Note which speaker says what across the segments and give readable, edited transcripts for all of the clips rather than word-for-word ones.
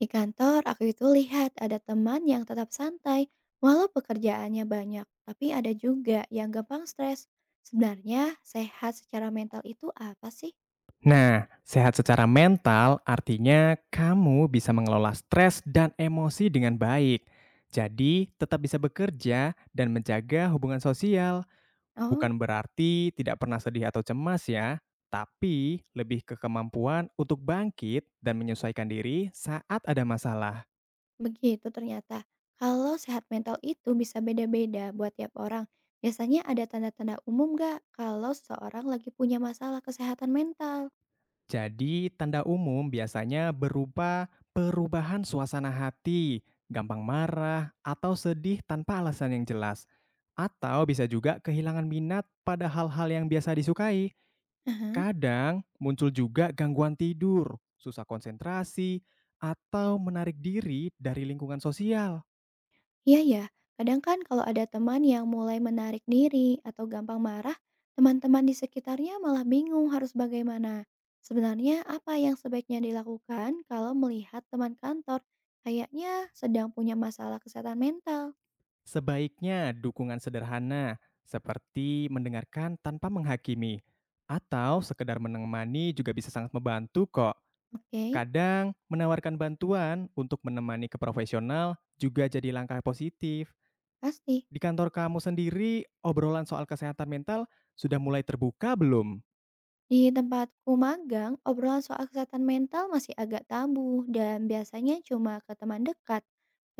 Speaker 1: Di kantor, aku itu lihat ada teman yang tetap santai, walau pekerjaannya banyak, tapi ada juga yang gampang stres. Sebenarnya, sehat secara mental itu apa sih?
Speaker 2: Nah, sehat secara mental artinya kamu bisa mengelola stres dan emosi dengan baik. Jadi, tetap bisa bekerja dan menjaga hubungan sosial.
Speaker 1: Oh,
Speaker 2: Bukan berarti tidak pernah sedih atau cemas ya, tapi lebih ke kemampuan untuk bangkit dan menyesuaikan diri saat ada masalah.
Speaker 1: begitu ternyata. Kalau sehat mental itu bisa beda-beda buat tiap orang. Biasanya ada tanda-tanda umum gak kalau seseorang lagi punya masalah kesehatan mental?
Speaker 2: Jadi, tanda umum biasanya berupa perubahan suasana hati, gampang marah, atau sedih tanpa alasan yang jelas, atau bisa juga kehilangan minat pada hal-hal yang biasa disukai.
Speaker 1: Aha.
Speaker 2: Kadang muncul juga gangguan tidur, susah konsentrasi, atau menarik diri dari lingkungan sosial.
Speaker 1: Iya ya, kadang kan kalau ada teman yang mulai menarik diri atau gampang marah, teman-teman di sekitarnya malah bingung harus bagaimana. Sebenarnya apa yang sebaiknya dilakukan kalau melihat teman kantor kayaknya sedang punya masalah kesehatan mental?
Speaker 2: Sebaiknya dukungan sederhana, seperti mendengarkan tanpa menghakimi, atau sekedar menemani juga bisa sangat membantu kok.
Speaker 1: Oke,
Speaker 2: Kadang menawarkan bantuan untuk menemani ke profesional juga jadi langkah positif.
Speaker 1: pasti.
Speaker 2: Di kantor kamu sendiri, obrolan soal kesehatan mental sudah mulai terbuka belum?
Speaker 1: Di tempatku magang, obrolan soal kesehatan mental masih agak tabu dan biasanya cuma ke teman dekat.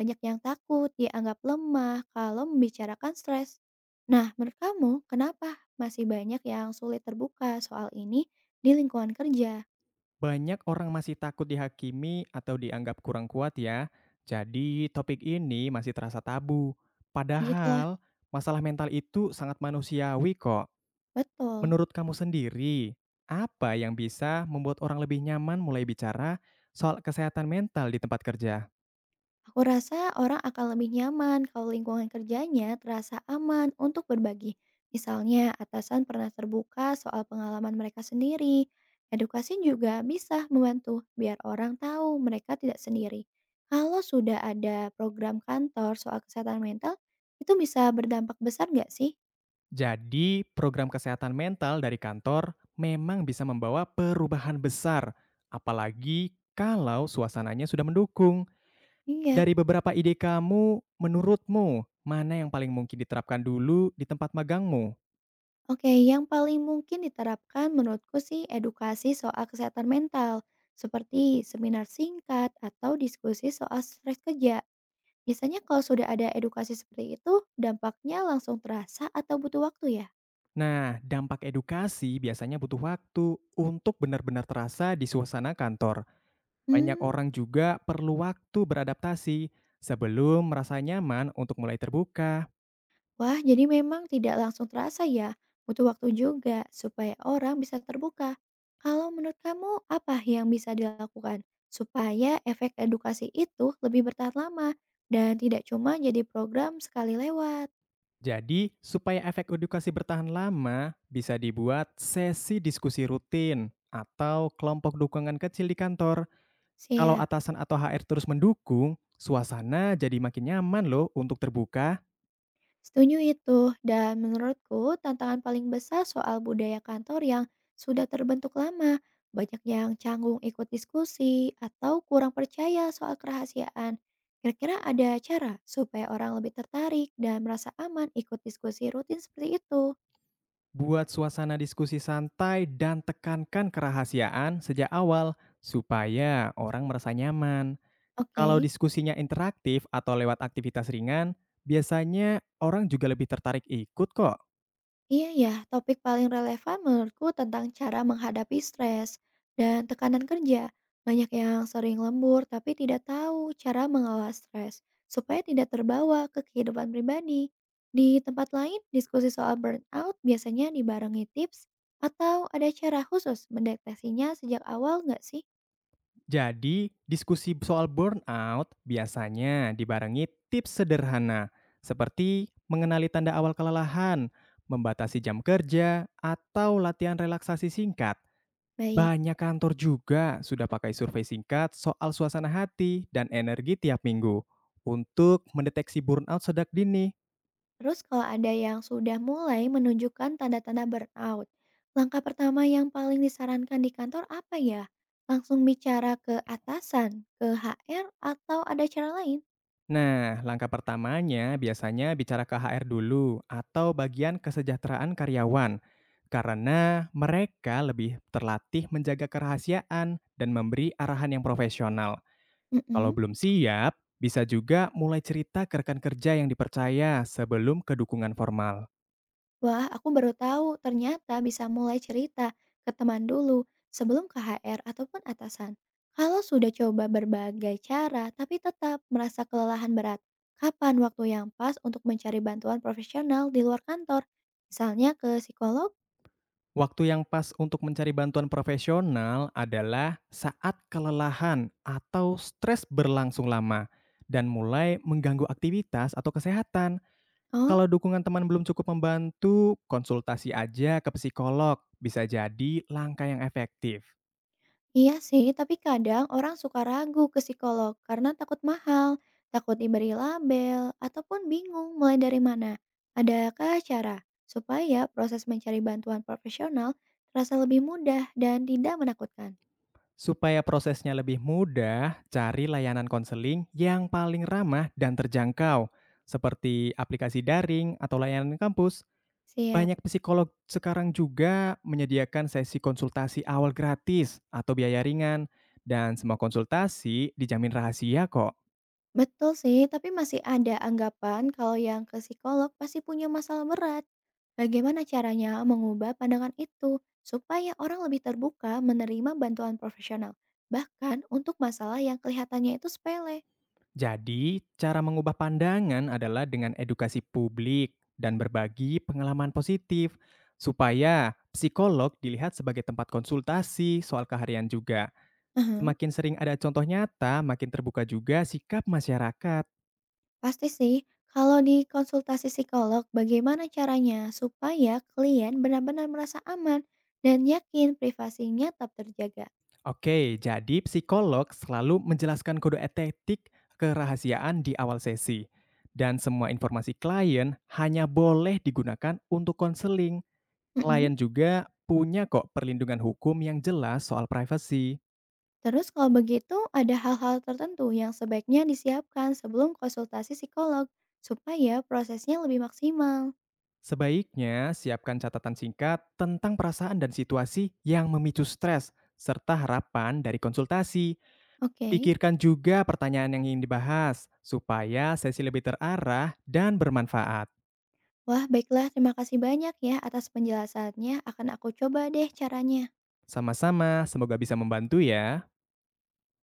Speaker 1: Banyak yang takut dianggap lemah kalau membicarakan stres. Nah, menurut kamu kenapa masih banyak yang sulit terbuka soal ini di lingkungan kerja?
Speaker 2: Banyak orang masih takut dihakimi atau dianggap kurang kuat ya. Jadi topik ini masih terasa tabu.
Speaker 1: Begitulah,
Speaker 2: Padahal masalah mental itu sangat manusiawi kok.
Speaker 1: betul.
Speaker 2: Menurut kamu sendiri, apa yang bisa membuat orang lebih nyaman mulai bicara soal kesehatan mental di tempat kerja?
Speaker 1: Aku rasa orang akan lebih nyaman kalau lingkungan kerjanya terasa aman untuk berbagi. Misalnya, atasan pernah terbuka soal pengalaman mereka sendiri. Edukasi juga bisa membantu biar orang tahu mereka tidak sendiri. Kalau sudah ada program kantor soal kesehatan mental, itu bisa berdampak besar nggak sih?
Speaker 2: Jadi, program kesehatan mental dari kantor memang bisa membawa perubahan besar, apalagi kalau suasananya sudah mendukung.
Speaker 1: Iya.
Speaker 2: Dari beberapa ide kamu, menurutmu mana yang paling mungkin diterapkan dulu di tempat magangmu?
Speaker 1: Oke, yang paling mungkin diterapkan menurutku sih edukasi soal kesehatan mental, seperti seminar singkat atau diskusi soal stres kerja. Biasanya kalau sudah ada edukasi seperti itu, dampaknya langsung terasa atau butuh waktu ya?
Speaker 2: Nah, dampak edukasi biasanya butuh waktu untuk benar-benar terasa di suasana kantor. Banyak
Speaker 1: Hmm,
Speaker 2: orang juga perlu waktu beradaptasi sebelum merasa nyaman untuk mulai terbuka.
Speaker 1: wah jadi memang tidak langsung terasa ya, butuh waktu juga supaya orang bisa terbuka. Kalau menurut kamu apa yang bisa dilakukan supaya efek edukasi itu lebih bertahan lama dan tidak cuma jadi program sekali lewat?
Speaker 2: Jadi, supaya efek edukasi bertahan lama, bisa dibuat sesi diskusi rutin atau kelompok dukungan kecil di kantor. Kalau
Speaker 1: Siap.
Speaker 2: atasan atau HR terus mendukung, suasana jadi makin nyaman loh untuk terbuka.
Speaker 1: Setuju itu, dan menurutku tantangan paling besar soal budaya kantor yang sudah terbentuk lama. Banyak yang canggung ikut diskusi atau kurang percaya soal kerahasiaan. Kira-kira ada cara supaya orang lebih tertarik dan merasa aman ikut diskusi rutin seperti itu.
Speaker 2: Buat suasana diskusi santai dan tekankan kerahasiaan sejak awal supaya orang merasa nyaman. Kalau
Speaker 1: Oke.
Speaker 2: diskusinya interaktif atau lewat aktivitas ringan, biasanya orang juga lebih tertarik ikut kok.
Speaker 1: Iya ya, topik paling relevan menurutku tentang cara menghadapi stres dan tekanan kerja. Banyak yang sering lembur tapi tidak tahu cara mengelola stres supaya tidak terbawa ke kehidupan pribadi. Di tempat lain, diskusi soal burnout biasanya dibarengi tips atau ada cara khusus mendeteksinya sejak awal nggak sih?
Speaker 2: Jadi, diskusi soal burnout biasanya dibarengi tips sederhana seperti mengenali tanda awal kelelahan, membatasi jam kerja, atau latihan relaksasi singkat.
Speaker 1: Baik.
Speaker 2: Banyak kantor juga sudah pakai survei singkat soal suasana hati dan energi tiap minggu untuk mendeteksi burnout sedang dini.
Speaker 1: Terus kalau ada yang sudah mulai menunjukkan tanda-tanda burnout, langkah pertama yang paling disarankan di kantor apa ya? Langsung bicara ke atasan, ke HR, atau ada cara lain?
Speaker 2: Nah, langkah pertamanya biasanya bicara ke HR dulu atau bagian kesejahteraan karyawan, karena mereka lebih terlatih menjaga kerahasiaan dan memberi arahan yang profesional. Kalau
Speaker 1: Mm-mm.
Speaker 2: belum siap, bisa juga mulai cerita ke rekan kerja yang dipercaya sebelum ke dukungan formal.
Speaker 1: Wah, aku baru tahu ternyata bisa mulai cerita ke teman dulu sebelum ke HR ataupun atasan. Kalau sudah coba berbagai cara tapi tetap merasa kelelahan berat, kapan waktu yang pas untuk mencari bantuan profesional di luar kantor? Misalnya ke psikolog?
Speaker 2: Waktu yang pas untuk mencari bantuan profesional adalah saat kelelahan atau stres berlangsung lama dan mulai mengganggu aktivitas atau kesehatan. Kalau
Speaker 1: Oh,
Speaker 2: dukungan teman belum cukup membantu, konsultasi aja ke psikolog bisa jadi langkah yang efektif.
Speaker 1: iya sih, tapi kadang orang suka ragu ke psikolog karena takut mahal, takut diberi label, ataupun bingung mulai dari mana. Adakah cara supaya proses mencari bantuan profesional terasa lebih mudah dan tidak menakutkan?
Speaker 2: Supaya prosesnya lebih mudah, cari layanan konseling yang paling ramah dan terjangkau, seperti aplikasi daring atau layanan kampus.
Speaker 1: Siap.
Speaker 2: Banyak psikolog sekarang juga menyediakan sesi konsultasi awal gratis atau biaya ringan, dan semua konsultasi dijamin rahasia kok.
Speaker 1: Betul sih, tapi masih ada anggapan kalau yang ke psikolog pasti punya masalah berat. Bagaimana caranya mengubah pandangan itu supaya orang lebih terbuka menerima bantuan profesional, bahkan untuk masalah yang kelihatannya itu sepele?
Speaker 2: Jadi, cara mengubah pandangan adalah dengan edukasi publik dan berbagi pengalaman positif, supaya psikolog dilihat sebagai tempat konsultasi soal keharian juga.
Speaker 1: Mhm,
Speaker 2: Semakin sering ada contoh nyata, makin terbuka juga sikap masyarakat.
Speaker 1: pasti sih. Kalau di konsultasi psikolog, bagaimana caranya supaya klien benar-benar merasa aman dan yakin privasinya tetap terjaga?
Speaker 2: Oke, jadi psikolog selalu menjelaskan kode etik kerahasiaan di awal sesi. Dan semua informasi klien hanya boleh digunakan untuk konseling.
Speaker 1: Mhm.
Speaker 2: Klien juga punya kok perlindungan hukum yang jelas soal privasi.
Speaker 1: Terus kalau begitu ada hal-hal tertentu yang sebaiknya disiapkan sebelum konsultasi psikolog supaya prosesnya lebih maksimal.
Speaker 2: Sebaiknya siapkan catatan singkat tentang perasaan dan situasi yang memicu stres, serta harapan dari konsultasi.
Speaker 1: Oke.
Speaker 2: Pikirkan juga pertanyaan yang ingin dibahas, supaya sesi lebih terarah dan bermanfaat.
Speaker 1: Wah, baiklah terima kasih banyak ya atas penjelasannya. Akan aku coba deh caranya.
Speaker 2: Sama-sama, semoga bisa membantu ya.